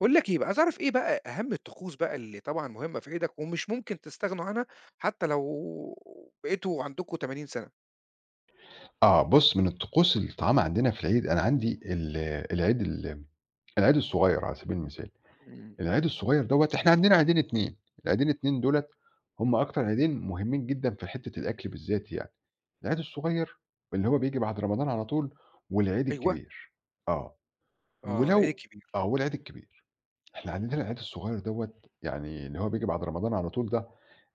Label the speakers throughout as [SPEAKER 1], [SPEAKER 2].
[SPEAKER 1] باقول لك إيه بقى، عايز أعرف إيه بقى أهم الطقوس بقى اللي طبعًا مهمة في عيدك ومش ممكن تستغنوا عنها حتى لو بقيتوا عندكم 80 سَنة؟
[SPEAKER 2] آه، بُص. من الطقوس اللي بتتعمل عندنا في العيد، أنا عندي ال العيد ال العيد الصغير على سبيل المثال،
[SPEAKER 1] إمم.
[SPEAKER 2] العيد الصغير دوّة. إحنا عندنا عيدين 2 العيدين 2 دُولة هم أكتر عيدين مهمين جدًا في حتّة الأكل بالذات يعني، العيد الصغير اللي هو بييجي بعد رمضان على طول، والعيد
[SPEAKER 1] أيوه،
[SPEAKER 2] الكبير، آه،
[SPEAKER 1] آه، العيد
[SPEAKER 2] ولو
[SPEAKER 1] الكبير،
[SPEAKER 2] آه، والعيد الكبير، إحنا عندنا العيد الصغير دوّة يعني اللي هو بييجي بعد رمضان على طول ده،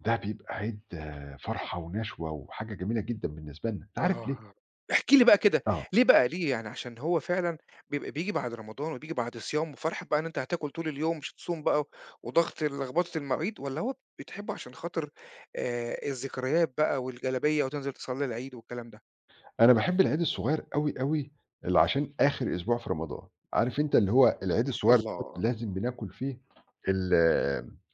[SPEAKER 2] ده بيبقى عيد فرحة ونشوة وحاجة جميلة جدًا بالنسبة لنا، أنت عارف ليه؟
[SPEAKER 1] آه، احكِ لي بقى كده.
[SPEAKER 2] آه.
[SPEAKER 1] ليه بقى، ليه يعني عشان هو فعلًا بيبقى بييجي بعد رمضان وبييجي بعد صيام وفرحة بقى إن أنت هتاكل طول اليوم مش هتصوم بقى وضغط لخبطة المواعيد والّا هو بتحبه عشان خاطر الذكريات بقى والجلابية وتنزل تصلّي العيد والكلام ده؟
[SPEAKER 2] أنا باحب العيد الصغير أوي، أوي، اللي عشان آخر أسبوع في رمضان، عارف أنت اللي هو العيد الصغير دوّة
[SPEAKER 1] الله!
[SPEAKER 2] لازم بناكل فيه ال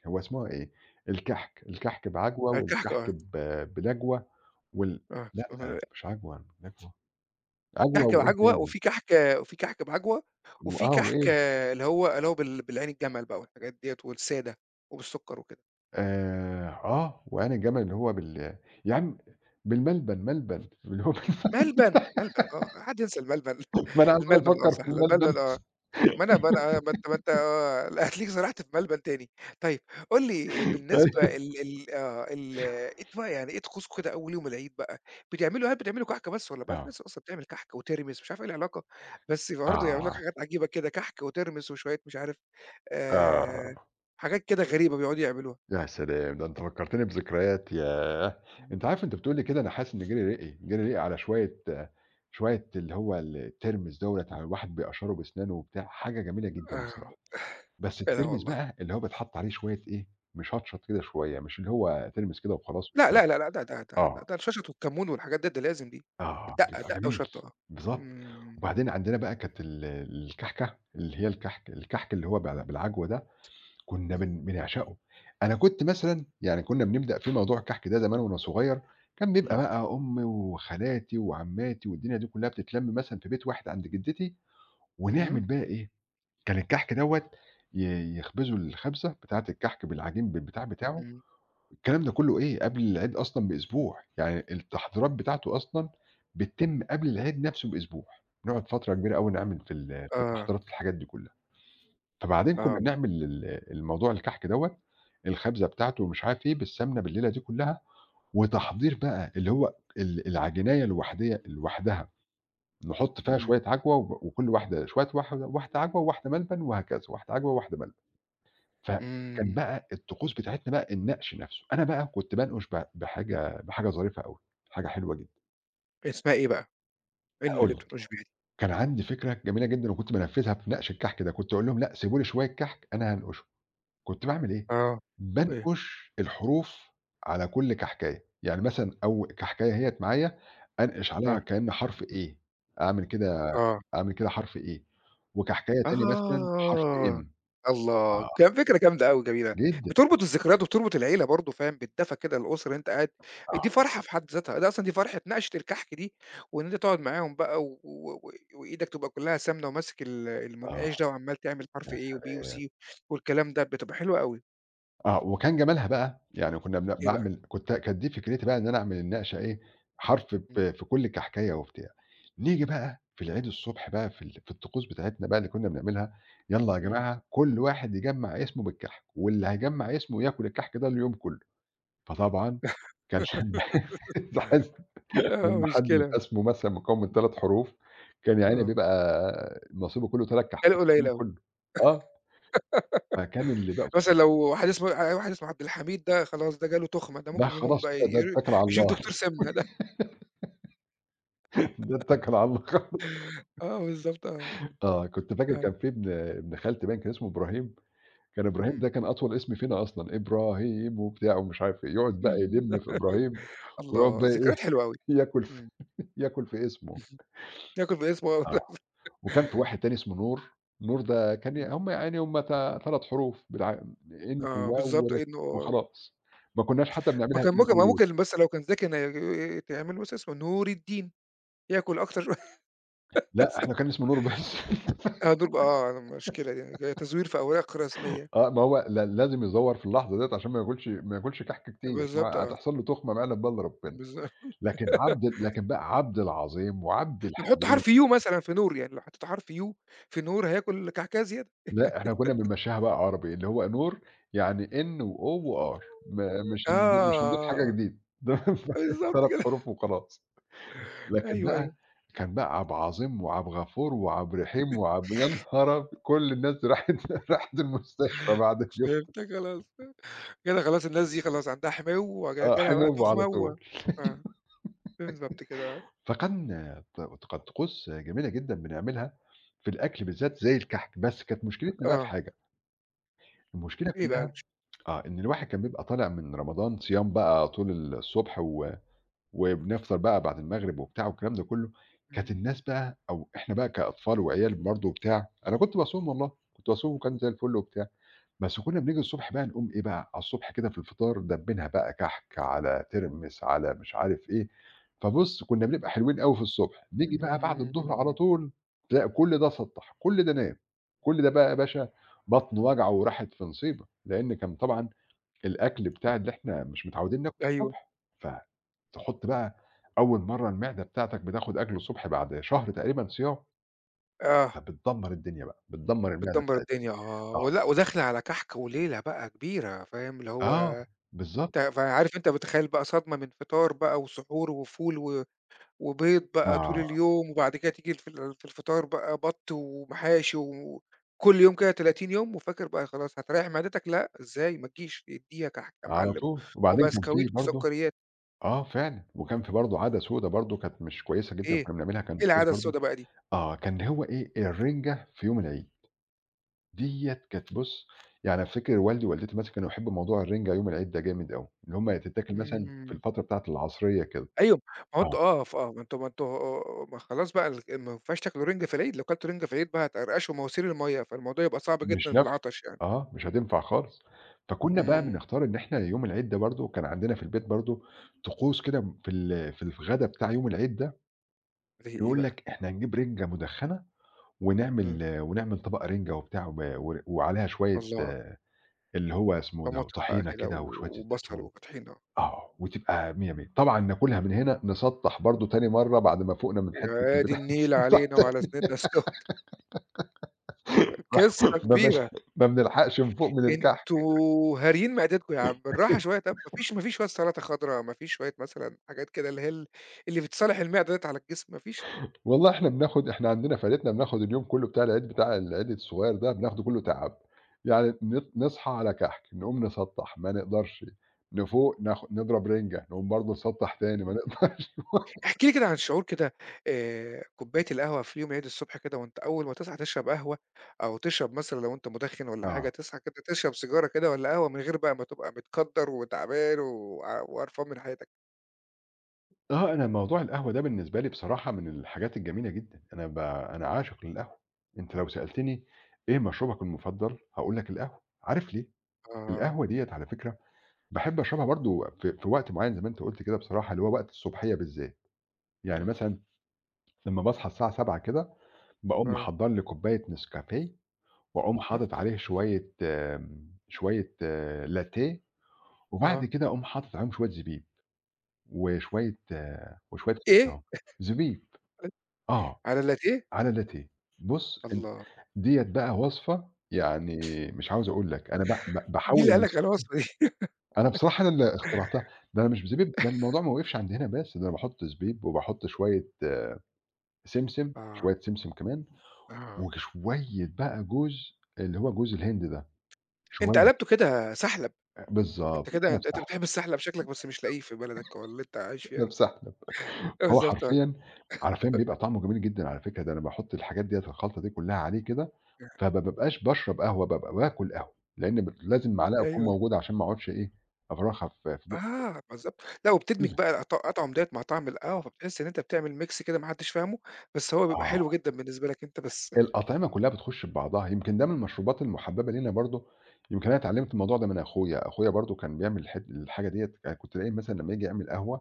[SPEAKER 2] هو اسمها إيه، الكحك، الكحك بعجوة
[SPEAKER 1] الكحك.
[SPEAKER 2] والكحك
[SPEAKER 1] آه،
[SPEAKER 2] بلجوة وال
[SPEAKER 1] آه.
[SPEAKER 2] لأ، مش عجوة، لجوة، عجوة
[SPEAKER 1] كحك
[SPEAKER 2] وإيه
[SPEAKER 1] بعجوة،
[SPEAKER 2] تاني،
[SPEAKER 1] وفي كحك وفي كحك بعجوة، وفي
[SPEAKER 2] وآه
[SPEAKER 1] كحك
[SPEAKER 2] وإيه،
[SPEAKER 1] اللي هو بالعين الجمل بقى والحاجات ديّة والسادة وبالسُكّر وكده.
[SPEAKER 2] آه، وعين الجمل اللي هو بال يا عم بالملبن، ملبن،
[SPEAKER 1] ملبن، ملبن، آه، حد ينسى الملبن؟
[SPEAKER 2] ما أنا عمّال
[SPEAKER 1] الملبن، آه
[SPEAKER 2] أفكّر في
[SPEAKER 1] صح،
[SPEAKER 2] الملبن
[SPEAKER 1] الملبن آه. ما أنا آه، ما أنت آه، لا هتلاقيك سرحت في ملبن تاني. طيب قُل لي بالنسبة
[SPEAKER 2] أيوه،
[SPEAKER 1] ال ال آه، ال إيه ت بقى يعني إيه طقوسكم كده أول يوم العيد بقى؟ هل بتعملوا كحك بس والّا بقى في
[SPEAKER 2] آه،
[SPEAKER 1] ناس أصلًا بتعمل كحك وترمس مش عارف إيه العلاقة، بس برضه يعملوا لك
[SPEAKER 2] آه،
[SPEAKER 1] حاجات عجيبة كده كحك وترمس وشوية مش عارف، آآ،
[SPEAKER 2] آه.
[SPEAKER 1] حاجات كده غريبة بيقعدوا يعملوها.
[SPEAKER 2] يا سلام! ده أنت فكّرتني بذكريات ياه!
[SPEAKER 1] إمم،
[SPEAKER 2] أنت عارف أنت بتقول لي كده
[SPEAKER 1] إمم.
[SPEAKER 2] أنا حاسس إن جِري رِقي، جِري رِقي على شوية اللي هو الترمس دوّة ع الواحد بيقشّره بأسنانه وبتاع، حاجة جميلة جدًا
[SPEAKER 1] آه،
[SPEAKER 2] بصراحة، بس
[SPEAKER 1] إيه ده
[SPEAKER 2] الترمس
[SPEAKER 1] والله!
[SPEAKER 2] بقى اللي هو بيتحط عليه شوية إيه، مشطشط كده شوية، مش اللي هو ترمس كده وخلاص
[SPEAKER 1] لأ،
[SPEAKER 2] وبتاع.
[SPEAKER 1] لأ، لأ، لأ، ده ده ده
[SPEAKER 2] آه،
[SPEAKER 1] ده الشَشَط والكمون والحاجات ديّة ده لازم دي.
[SPEAKER 2] آه، آه،
[SPEAKER 1] الدقة،
[SPEAKER 2] بيبقى
[SPEAKER 1] دقة
[SPEAKER 2] جميل،
[SPEAKER 1] وشطة آه.
[SPEAKER 2] بالضبط.
[SPEAKER 1] إمم، إمم،
[SPEAKER 2] وبعدين عندنا بقى كانت الكحكة اللي هي الكحك اللي هو بالعجوة ده كنا
[SPEAKER 1] إمم.
[SPEAKER 2] بن بنعشقه. أنا كنت مثلًا يعني كنا بنبدأ فيه موضوع الكحك ده زمان وأنا صغير، كان بيبقى بقى أمي وخالاتي وعماتي والدنيا دي كلها بتتلم مثلًا في بيت واحد عند جدتي، ونعمل
[SPEAKER 1] إمم،
[SPEAKER 2] بقى إيه، كان الكحك دوّة يخبزوا الخبزة بتاعة الكحك بالعجين بالبتاع بتاعه،
[SPEAKER 1] إمم.
[SPEAKER 2] الكلام ده كله إيه، قبل العيد أصلًا بأسبوع، يعني التحضيرات بتاعته أصلًا بتتم قبل العيد نفسه بأسبوع، بنقعد فترة كبيرة أوي نعمل في في
[SPEAKER 1] آه،
[SPEAKER 2] التحضيرات في الحاجات دي كلها. فبعدين كُنّا
[SPEAKER 1] آه،
[SPEAKER 2] بنعمل ال الموضوع الكحك دوّة، الخبزة بتاعته ومش عارف إيه بالسمنة بالليلة دي كُلّها، وتحضير بقى اللي هو العجيناية الوحدية لوحدها، نحُط فيها
[SPEAKER 1] إمم،
[SPEAKER 2] شوية عجوة وكل واحدة شوية واحدة واحدة عجوة وواحدة ملبن وهكذا، واحدة عجوة وواحدة ملبن، فكان
[SPEAKER 1] إمم.
[SPEAKER 2] بقى الطقوس بتاعتنا بقى النقش نَفْسه، أنا بقى كنت بانقش بحاجة ظريفة أوي، حاجة حلوة جدًا،
[SPEAKER 1] اسمها إيه بقى؟ إيه اللي
[SPEAKER 2] هاقول لك،
[SPEAKER 1] بتنقش بيها دي؟
[SPEAKER 2] كان عندي فكرة جميلة جدًا وكنت بانفّذها في نقش الكحك ده، كنت أقول لهم لأ سيبوا لي شوية كحك أنا هانقشه. كنت باعمل إيه،
[SPEAKER 1] آه. إيه؟
[SPEAKER 2] بانقش الحروف على كل كحكاية، يعني مثلًا أو كحكاية أهيّة معايا أنقش عليها
[SPEAKER 1] آه،
[SPEAKER 2] كأن حرف A، أعمل كده،
[SPEAKER 1] آه،
[SPEAKER 2] أعمل كده حرف A، وكحكاية تانية مثلًا حرف
[SPEAKER 1] آه،
[SPEAKER 2] M.
[SPEAKER 1] الله!
[SPEAKER 2] آه،
[SPEAKER 1] كان فكرة جامدة أوي، جميلة.
[SPEAKER 2] جدًا،
[SPEAKER 1] بتربط الذكريات وبتربط العيلة برضه فاهم، بالدفى كده الأسرة اللي أنت قاعد.
[SPEAKER 2] آه،
[SPEAKER 1] دي فرحة في حد ذاتها، ده أصلًا دي فرحة نقشة الكحك دي، وإن أنت تقعد معاهم بقى و وإيدك تبقى كلها سمنة وماسك ال
[SPEAKER 2] آه،
[SPEAKER 1] المنقاش ده وعمّال تعمل حرف
[SPEAKER 2] يا
[SPEAKER 1] A وB
[SPEAKER 2] سلام!
[SPEAKER 1] وC والكلام ده، بتبقى حلوة أوي.
[SPEAKER 2] آه، وكان جمالها بقى يعني كنّا بن إمم.
[SPEAKER 1] إيه بقى؟
[SPEAKER 2] باعمل كنت كانت دي فكرتي بقى إن أنا أعمل النقشة إيه، حرف
[SPEAKER 1] إمم،
[SPEAKER 2] ب في كل كحكاية وبتاع. نيجي بقى في العيد الصبح بقى في في الطقوس بتاعتنا بقى اللي كنّا بنعملها، يالّا يا
[SPEAKER 1] إمم،
[SPEAKER 2] جماعة كل واحد يجمّع اسمه بالكحك، واللي هيجمّع اسمه ياكل الكحك ده اليوم كلّه. فطبعًا كان لمّا تحس
[SPEAKER 1] آه،
[SPEAKER 2] لمّا حد يبقى
[SPEAKER 1] مشكلة.
[SPEAKER 2] اسمه مثلًا مكوّن من 3 حروف، كان يا عيني
[SPEAKER 1] آه.
[SPEAKER 2] بيبقى نصيبه كلّه 3
[SPEAKER 1] كان
[SPEAKER 2] كحكات
[SPEAKER 1] قليل
[SPEAKER 2] اليوم
[SPEAKER 1] أوي.
[SPEAKER 2] كلّه. آه، فكان اللي بقى
[SPEAKER 1] مثلًا لو واحد اسمه عبد الحميد ده خلاص، ده جاله تُخمة، ده
[SPEAKER 2] ده
[SPEAKER 1] ممكن يموت
[SPEAKER 2] خلاص
[SPEAKER 1] بقى،
[SPEAKER 2] كده ده اتّكل على
[SPEAKER 1] يشوف
[SPEAKER 2] الله.
[SPEAKER 1] دكتور سِمنة ده.
[SPEAKER 2] ده اتكل على الله خالص.
[SPEAKER 1] آه بالضبط آه،
[SPEAKER 2] آه، كنت فاكر كان
[SPEAKER 1] آه.
[SPEAKER 2] في ابن خالتي باين كان اسمه إبراهيم، كان إبراهيم ده
[SPEAKER 1] إمم،
[SPEAKER 2] كان أطول اسم فينا أصلًا، إبراهيم وبتاع ومش عارف إيه، يقعد بقى
[SPEAKER 1] إمم،
[SPEAKER 2] يلِم في إبراهيم ويقعد
[SPEAKER 1] الله!
[SPEAKER 2] بقى إيه،
[SPEAKER 1] ذكريات حلوة أوي.
[SPEAKER 2] ياكل في
[SPEAKER 1] إمم،
[SPEAKER 2] ياكل في اسمه،
[SPEAKER 1] ياكل باسمه.
[SPEAKER 2] آه، وكان في واحد تاني اسمه نور، نور ده كان ي
[SPEAKER 1] إمم،
[SPEAKER 2] هم يعني هم تا 3 حروف إن
[SPEAKER 1] آه
[SPEAKER 2] وواو ور
[SPEAKER 1] بالضبط إنه.
[SPEAKER 2] وخلاص، ما كناش حتى
[SPEAKER 1] ما
[SPEAKER 2] بنعملها
[SPEAKER 1] كان
[SPEAKER 2] إن
[SPEAKER 1] ممكن
[SPEAKER 2] أو
[SPEAKER 1] ما
[SPEAKER 2] يو،
[SPEAKER 1] ممكن بس لو كان ذكي إنه تعمل مثلًا اسمه نور الدين، ياكل أكتر.
[SPEAKER 2] لأ إحنا كان اسمه نور بس.
[SPEAKER 1] آه، دول آه، مشكلة دي، تزوير في أوراق رسمية.
[SPEAKER 2] آه، ما هو لازم يزوّر في اللحظة ديّة عشان ما ياكلش كحك كتير،
[SPEAKER 1] بالضبط
[SPEAKER 2] ما
[SPEAKER 1] آه،
[SPEAKER 2] هتحصل له تخمة ما يعلم بها إلّا ربنا،
[SPEAKER 1] بالضبط.
[SPEAKER 2] لكن بقى عبد العظيم وعبد
[SPEAKER 1] نحط
[SPEAKER 2] الحميد.
[SPEAKER 1] حرف يو مثلًا في نور، يعني لو حطيت حرف يو في نور هياكل كعكعة زيادة.
[SPEAKER 2] لأ إحنا كنا بنمشّيها بقى عربي، اللي هو نور يعني N وO وR، ما مش
[SPEAKER 1] آه،
[SPEAKER 2] هن مش هنضيف
[SPEAKER 1] آه،
[SPEAKER 2] حاجة
[SPEAKER 1] آه،
[SPEAKER 2] جديدة، تمام.
[SPEAKER 1] بالضبط
[SPEAKER 2] 3
[SPEAKER 1] كده.
[SPEAKER 2] حروف وخلاص، لكن
[SPEAKER 1] أيوه، أيوه،
[SPEAKER 2] بقى كان بقى عبد العظيم وعبد الغفور وعبد الرحيم وعبد يا نهار أبي كل الناس دي راحت راحت المستشفى بعد اليوم.
[SPEAKER 1] فهمتك خلاص. كده خلاص الناس دي خلاص عندها حماوة
[SPEAKER 2] آه،
[SPEAKER 1] جالها بقى
[SPEAKER 2] حميهم على
[SPEAKER 1] تخمة
[SPEAKER 2] طول.
[SPEAKER 1] و… آه، بالضبط كده.
[SPEAKER 2] فكان ت كانت طقوس جميلة جدًا بنعملها في الأكل بالذات زي الكحك، بس كانت مشكلتنا بقى في
[SPEAKER 1] آه،
[SPEAKER 2] حاجة، المشكلة
[SPEAKER 1] إيه بقى
[SPEAKER 2] كلّها آه، إن الواحد كان بيبقى طالع من رمضان صيام بقى طول الصبح وبنفطر بقى بعد المغرب وبتاع والكلام ده كلّه،
[SPEAKER 1] إمم؟
[SPEAKER 2] كانت الناس بقى أو إحنا بقى كأطفال وعيال برضه وبتاع، أنا كنت باصوم والله، كنت باصوم وكان زي الفل وبتاع. بس كُنّا بنيجي الصبح بقى نقوم إيه بقى، على الصبح كده في الفطار دبّينها بقى كحك، على ترمس، على مش عارف إيه، فبُص كُنّا بنبقى حلوين أوي في الصبح، نيجي بقى بعد الضهر على
[SPEAKER 1] إمم،
[SPEAKER 2] طول تلاقي كل ده سطّح، كل ده نام، كل ده بقى يا باشا بطنه وجعه وراحت في نصيبة، لإن كان طبعًا الأكل بتاع اللي إحنا مش متعودين ناكله
[SPEAKER 1] أيوه.
[SPEAKER 2] الصبح، فتحُط بقى أول مرّة المعدة بتاعتك بتاخد أكل الصبح بعد شهر تقريبًا صيام،
[SPEAKER 1] آه،
[SPEAKER 2] فبتدمّر الدنيا بقى، بتدمّر المعدة
[SPEAKER 1] بتدمّر
[SPEAKER 2] بتاعتنا،
[SPEAKER 1] الدنيا آه،
[SPEAKER 2] آه،
[SPEAKER 1] ولأ وداخلة على كحك وليلة بقى كبيرة، فاهم اللي هو.
[SPEAKER 2] آه، بالضبط،
[SPEAKER 1] فعارف أنت متخيّل بقى صدمة من فطار بقى وسحور وفول وبيض بقى طول
[SPEAKER 2] آه.
[SPEAKER 1] اليوم، وبعد كده تيجي في الفطار بقى بَط ومحاشي وكل يوم كده 30 يوم، وفاكر بقى خلاص هتريّح معدتك، لأ إزاي ما تجيش، ادّيها كحك يا
[SPEAKER 2] على
[SPEAKER 1] معلم.
[SPEAKER 2] طول، وبعدين كان
[SPEAKER 1] وبسكويت
[SPEAKER 2] في برضه
[SPEAKER 1] وسكريات.
[SPEAKER 2] آه فعلًا، وكان في برضه عادة سودا برضه كانت مش كويسة جدًا
[SPEAKER 1] إيه؟
[SPEAKER 2] وكنا بنعملها كان
[SPEAKER 1] إيه
[SPEAKER 2] كويس
[SPEAKER 1] العادة
[SPEAKER 2] برضه.
[SPEAKER 1] السودا بقى دي؟
[SPEAKER 2] آه، كان هو إيه، الرنجة في يوم العيد، ديّة كانت بُص، يعني أفتكر والدي ووالدتي مثلًا كانوا يحبوا موضوع الرنجة يوم العيد ده جامد أوي، اللي هم تتاكل مثلًا في
[SPEAKER 1] إمم،
[SPEAKER 2] الفترة بتاعة العصرية كده،
[SPEAKER 1] أيوه. ما هو
[SPEAKER 2] آه،
[SPEAKER 1] أنتم آه، ف آه، ما أنتم ما أنتم ما خلاص بقى ما ينفعش تاكلوا رِنج في العيد، لو كلتوا رِنج في العيد بقى هتقرقشوا مواسير المَيّة، فالموضوع يبقى صعب
[SPEAKER 2] مش
[SPEAKER 1] جدًا
[SPEAKER 2] نافعة.
[SPEAKER 1] بالعطش يعني.
[SPEAKER 2] آه، مش هتنفع خالص، فكنا بقى
[SPEAKER 1] إمم.
[SPEAKER 2] بنختار إن إحنا يوم العيد ده برضه كان عندنا في البيت برضه طقوس كده في في الغدا بتاع يوم العيد ده،
[SPEAKER 1] زي إيه
[SPEAKER 2] يقول
[SPEAKER 1] بقى؟
[SPEAKER 2] لك إحنا هنجيب رنجة مدخنة
[SPEAKER 1] إمم،
[SPEAKER 2] ونعمل طبق رِنجة وبتاع وب و وعليها شوية
[SPEAKER 1] الله.
[SPEAKER 2] آه، اللي هو اسمه ده
[SPEAKER 1] طماطم بقى
[SPEAKER 2] طحينة
[SPEAKER 1] كده
[SPEAKER 2] كده
[SPEAKER 1] و
[SPEAKER 2] وشوية زيت
[SPEAKER 1] وبصل
[SPEAKER 2] زيتون،
[SPEAKER 1] وطحينة.
[SPEAKER 2] آه، وتبقى مِيَّة، مِيَّة. طبعًا ناكلها من هنا نسطّح برضه تاني مرّة بعد ما فُقنا من
[SPEAKER 1] يا
[SPEAKER 2] حتة
[SPEAKER 1] واد
[SPEAKER 2] البتاع
[SPEAKER 1] النيل
[SPEAKER 2] نسطح،
[SPEAKER 1] علينا وعلى أسناننا السُّخن! قصّة
[SPEAKER 2] ما بن
[SPEAKER 1] كبيرة.
[SPEAKER 2] ما بنلحقش نفُوق من الكحك.
[SPEAKER 1] أنتم هاريين معدتكم يا عم، بالراحة شوية. طَب ما فيش شوية سلطة خضرا، ما فيش شوية مثلًا حاجات كده اللي هي ال اللي بتصالح المعدة ديّة على الجسم ما فيش؟
[SPEAKER 2] والله إحنا بناخد إحنا عندنا فَلتنا بناخد اليوم كُلّه بتاع العيد بتاع العيد الصغير ده بناخده كُلّه تعب، يعني نصحى على كحك، نقوم نسطّح، ما نقدرش، نفُوق نضرب رِنجة، نقوم برضه نسطّح تاني ما
[SPEAKER 1] إمم.
[SPEAKER 2] نقدرش.
[SPEAKER 1] احكِ لي كده عن شعور كده، كوباية القهوة في يوم العيد الصبح كده، وأنت أول ما تصحى تشرب قهوة أو تشرب مثلًا لو أنت مُدخِن والّا حاجة
[SPEAKER 2] آه.
[SPEAKER 1] تصحى كده تشرب سيجارة كده والّا قهوة من غير بقى ما تبقى متكدَّر وتعبان وقرفان من حياتك؟
[SPEAKER 2] آه، أنا موضوع القهوة ده بالنسبة لي بصراحة من الحاجات الجميلة جدًا، أنا عاشق للقهوة، أنت لو سألتني إيه مشروبك المفضل، هاقول لك القهوة، عارف ليه؟
[SPEAKER 1] آه،
[SPEAKER 2] القهوة ديّة على فكرة باحب أشربها برضه في في وقت معيّن زي ما أنت قُلت كده بصراحة، اللي هو وقت الصبحية بالذات، يعني
[SPEAKER 1] إمم.
[SPEAKER 2] مثلًا لمّا باصحى الساعة 07:00 كده، باقوم
[SPEAKER 1] آه.
[SPEAKER 2] محضّر لي كوباية نسكافيه، وأقوم
[SPEAKER 1] ها.
[SPEAKER 2] حاطط عليه شوية آه، لاتيه، وبعد
[SPEAKER 1] آه.
[SPEAKER 2] كده أقوم حاطط عليهم شوية زبيب، وشوية آه، وشوية
[SPEAKER 1] إيه؟
[SPEAKER 2] آه، زبيب، آه.
[SPEAKER 1] على اللاتيه؟
[SPEAKER 2] على لاتيه. بُص أن
[SPEAKER 1] الله!
[SPEAKER 2] ديّة بقى وصفة يعني مش عاوز أقول لك، أنا ب ب
[SPEAKER 1] مين
[SPEAKER 2] باحاول
[SPEAKER 1] اللي قال
[SPEAKER 2] إني
[SPEAKER 1] لك على الوصفة دي؟
[SPEAKER 2] أنا بصراحة أنا اللي اخترعتها، ده أنا مش بزبيب ده الموضوع ما وقفش عند هنا بس، ده أنا باحط زبيب وباحط شوية آه، سمسم،
[SPEAKER 1] آه،
[SPEAKER 2] شوية سمسم كمان
[SPEAKER 1] آه.
[SPEAKER 2] وشوية بقى جوز اللي هو جوز الهند ده،
[SPEAKER 1] أنت
[SPEAKER 2] شوية
[SPEAKER 1] قلبته كده سحلب.
[SPEAKER 2] آه،
[SPEAKER 1] أنت
[SPEAKER 2] بالضبط، يبقى
[SPEAKER 1] كده
[SPEAKER 2] أنا
[SPEAKER 1] أنت أنت
[SPEAKER 2] بسحب،
[SPEAKER 1] بتحب السحلب شكلك، بس مش لاقيه في بلدك أو اللي أنت عايش
[SPEAKER 2] أنا
[SPEAKER 1] فيها.
[SPEAKER 2] بسحب.
[SPEAKER 1] آه،
[SPEAKER 2] هو
[SPEAKER 1] بالضبط آه.
[SPEAKER 2] حرفيًا حرفيًا بيبقى طعمه جميل جدًا على فكرة، ده أنا باحُط الحاجات ديّة الخلطة دي كلّها عليه كده، فما بابقاش باشرب قهوة، بابقى باكل قهوة، لإن لازم معلقة تكون
[SPEAKER 1] أيوه.
[SPEAKER 2] موجودة عشان ما اقعدش إيه، أفرخها في في بُقّي
[SPEAKER 1] آه، بالضبط. لأ وبتدمج
[SPEAKER 2] تقيلة.
[SPEAKER 1] بقى أطعم ديّة مع طعم القهوة، فبتحس إن أنت بتعمل mix كده ما حدش فاهمه، بس هو بيبقى حلو
[SPEAKER 2] آه،
[SPEAKER 1] جدًا بالنسبة لك أنت بس.
[SPEAKER 2] الأطعمة كلّها بتخُش في بعضها، يمكن ده من المشروبات المُحببة لينا برضه، يمكن أنا اتعلّمت الموضوع ده من أخويا، أخويا برضه كان بيعمل الحاجة ديّة كنت ألاقيه مثلًا لمّا ييجي يعمل قهوة،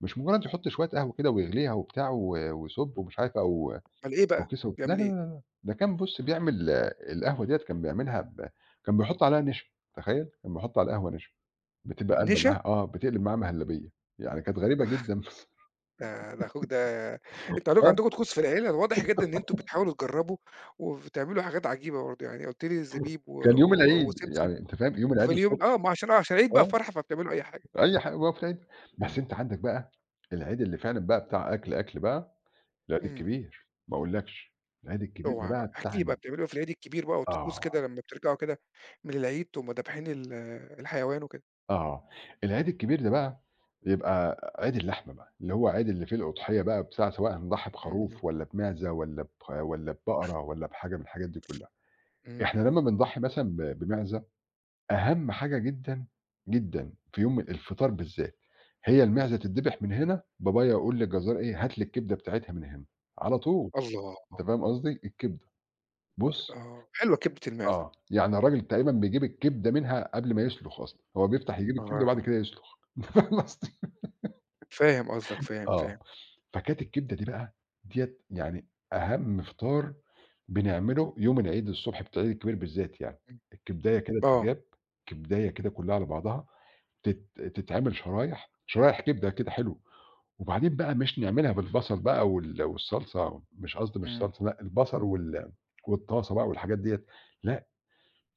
[SPEAKER 2] مش مجرّد يحُط شوية قهوة كده ويغليها وبتاع ويصُب ومش عارف أو
[SPEAKER 1] أومال إيه بقى؟
[SPEAKER 2] وكيس وب لا،
[SPEAKER 1] بيعمل
[SPEAKER 2] لا، لا،
[SPEAKER 1] إيه؟
[SPEAKER 2] لا، ده كان بُص بيعمل القهوة ديّة كان بيعملها كان بيحُط عليها نشا، تخيّل! كان بيحُط على القهوة نشا، بتبقى قالبة
[SPEAKER 1] نشا؟
[SPEAKER 2] معاه آه، بتقلب معاه مهلبية، يعني كانت غريبة جدًا بس
[SPEAKER 1] ده ده أخوك ده. أنتم عليكم
[SPEAKER 2] آه،
[SPEAKER 1] عندكم طقوس في العيلة، واضح جدًا إن أنتم بتحاولوا تجربوا وبتعملوا حاجات عجيبة برضه، يعني قُلت لي زبيب و
[SPEAKER 2] كان يوم
[SPEAKER 1] و
[SPEAKER 2] العيد،
[SPEAKER 1] وسمسم.
[SPEAKER 2] يعني أنت فاهم يوم العيد
[SPEAKER 1] وفي اليوم
[SPEAKER 2] الصبح.
[SPEAKER 1] آه، ما عشان آه، عشان العيد بقى
[SPEAKER 2] آه،
[SPEAKER 1] فرحة فبتعملوا أي حاجة.
[SPEAKER 2] أي حاجة بقى في العيد، بس
[SPEAKER 1] إمم،
[SPEAKER 2] أنت عندك بقى العيد اللي فعلًا بقى بتاع أكل، أكل بقى، العيد
[SPEAKER 1] إمم.
[SPEAKER 2] الكبير، ما أقولكش، العيد الكبير ده
[SPEAKER 1] اوعى بقى،
[SPEAKER 2] بقى
[SPEAKER 1] احكِ
[SPEAKER 2] بتاع
[SPEAKER 1] لي بقى بتعملوا إيه في العيد الكبير بقى وطقوس
[SPEAKER 2] آه.
[SPEAKER 1] كده لمّا بترجعوا كده من العيد تقوموا ذابحين ال الحيوان وكده؟
[SPEAKER 2] آه، العيد الكبير ده بقى بيبقى عيد اللحمة بقى، اللي هو عيد اللي فيه الأُضحية بقى بتاع سواء هنضحّي
[SPEAKER 1] إمم،
[SPEAKER 2] بخروف والّا بمعزة والّا ببقرة والّا بحاجة من الحاجات دي كلّها.
[SPEAKER 1] إمم.
[SPEAKER 2] إحنا لمّا بنضحّي مثلًا بمعزة، أهم حاجة جدًا، جدًا في يوم الفطار بالذات، هي المعزة تتذبح من هنا، بابايا يقول للجزار إيه، "هات لي الكبدة بتاعتها من هنا." على طول،
[SPEAKER 1] الله!
[SPEAKER 2] أنت فاهم قصدي؟ الكبدة. بُص.
[SPEAKER 1] آه، حلوة كبدة المعزة.
[SPEAKER 2] آه، يعني الراجل تقريبًا بيجيب الكبدة منها قبل ما يسلُخ أصلًا، هو بيفتح يجيب الكبدة
[SPEAKER 1] آه،
[SPEAKER 2] وبعد كده يسلُخ. أنت فاهم قصدي؟
[SPEAKER 1] فاهم قصدك، فاهم،
[SPEAKER 2] آه،
[SPEAKER 1] فاهم.
[SPEAKER 2] فكانت الكبدة دي بقى، ديّة يعني أهم فطار بنعمله يوم العيد الصبح بتاع العيد الكبير بالذات يعني،
[SPEAKER 1] إمم،
[SPEAKER 2] الكبداية كده
[SPEAKER 1] آه،
[SPEAKER 2] تتجاب، كبداية كده كلّها على بعضها، تتعمل شرايح، شرايح كبدة كده حلو، وبعدين بقى مش نعملها بالبصل بقى والصلصة مش قصدي مش
[SPEAKER 1] إمم،
[SPEAKER 2] صلصة لأ، البصل والطاسة بقى والحاجات ديّة، لأ،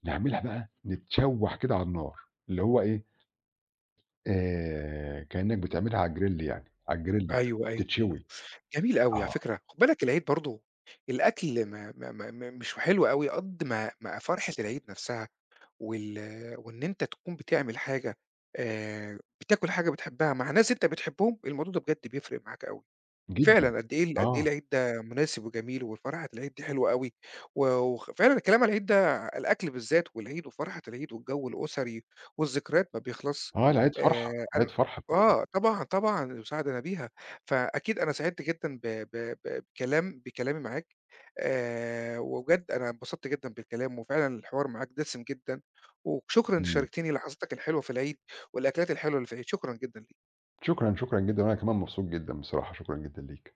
[SPEAKER 2] نعملها بقى نتشوّح كده على النار، اللي هو إيه، كإنّك بتعملها على الgrill يعني، على الgrill كده،
[SPEAKER 1] أيوه، أيوه.
[SPEAKER 2] تتشوي.
[SPEAKER 1] جميل أوي على
[SPEAKER 2] آه.
[SPEAKER 1] فكرة. خُد بالك العيد برضه الأكل ما مش حلو أوي قد ما ما فرحة العيد نفسها. وال وإن أنت تكون بتعمل حاجة، بتاكل حاجة بتحبها مع ناس أنت بتحبهم، الموضوع ده بجد بيفرق معاك أوي.
[SPEAKER 2] جدًا.
[SPEAKER 1] فعلًا قد إيه
[SPEAKER 2] آه.
[SPEAKER 1] العيد ده مناسب وجميل، وفرحة العيد دي حلوة أوي، و وخ فعلًا الكلام على العيد ده، الأكل بالذات والعيد وفرحة العيد والجو الأسري والذكريات ما بيخلصش.
[SPEAKER 2] آه، العيد فرحة، العيد
[SPEAKER 1] أن
[SPEAKER 2] فرحة فعلًا.
[SPEAKER 1] آه طبعًا، طبعًا وسعد أنا بيها، فأكيد أنا سعدت جدًا ب ب ب بكلام بكلامي معاك، وبجد أنا انبسطت جدًا بالكلام، وفعلًا الحوار معاك دسم جدًا، وشكرًا إن
[SPEAKER 2] إمم.
[SPEAKER 1] شاركتني لحظاتك الحلوة في العيد والأكلات الحلوة اللي في العيد، شكرًا جدًا ليك.
[SPEAKER 2] شكرًا، شكرًا جدًا وأنا كمان مبسوط جدًا بصراحة، شكرًا جدًا ليك.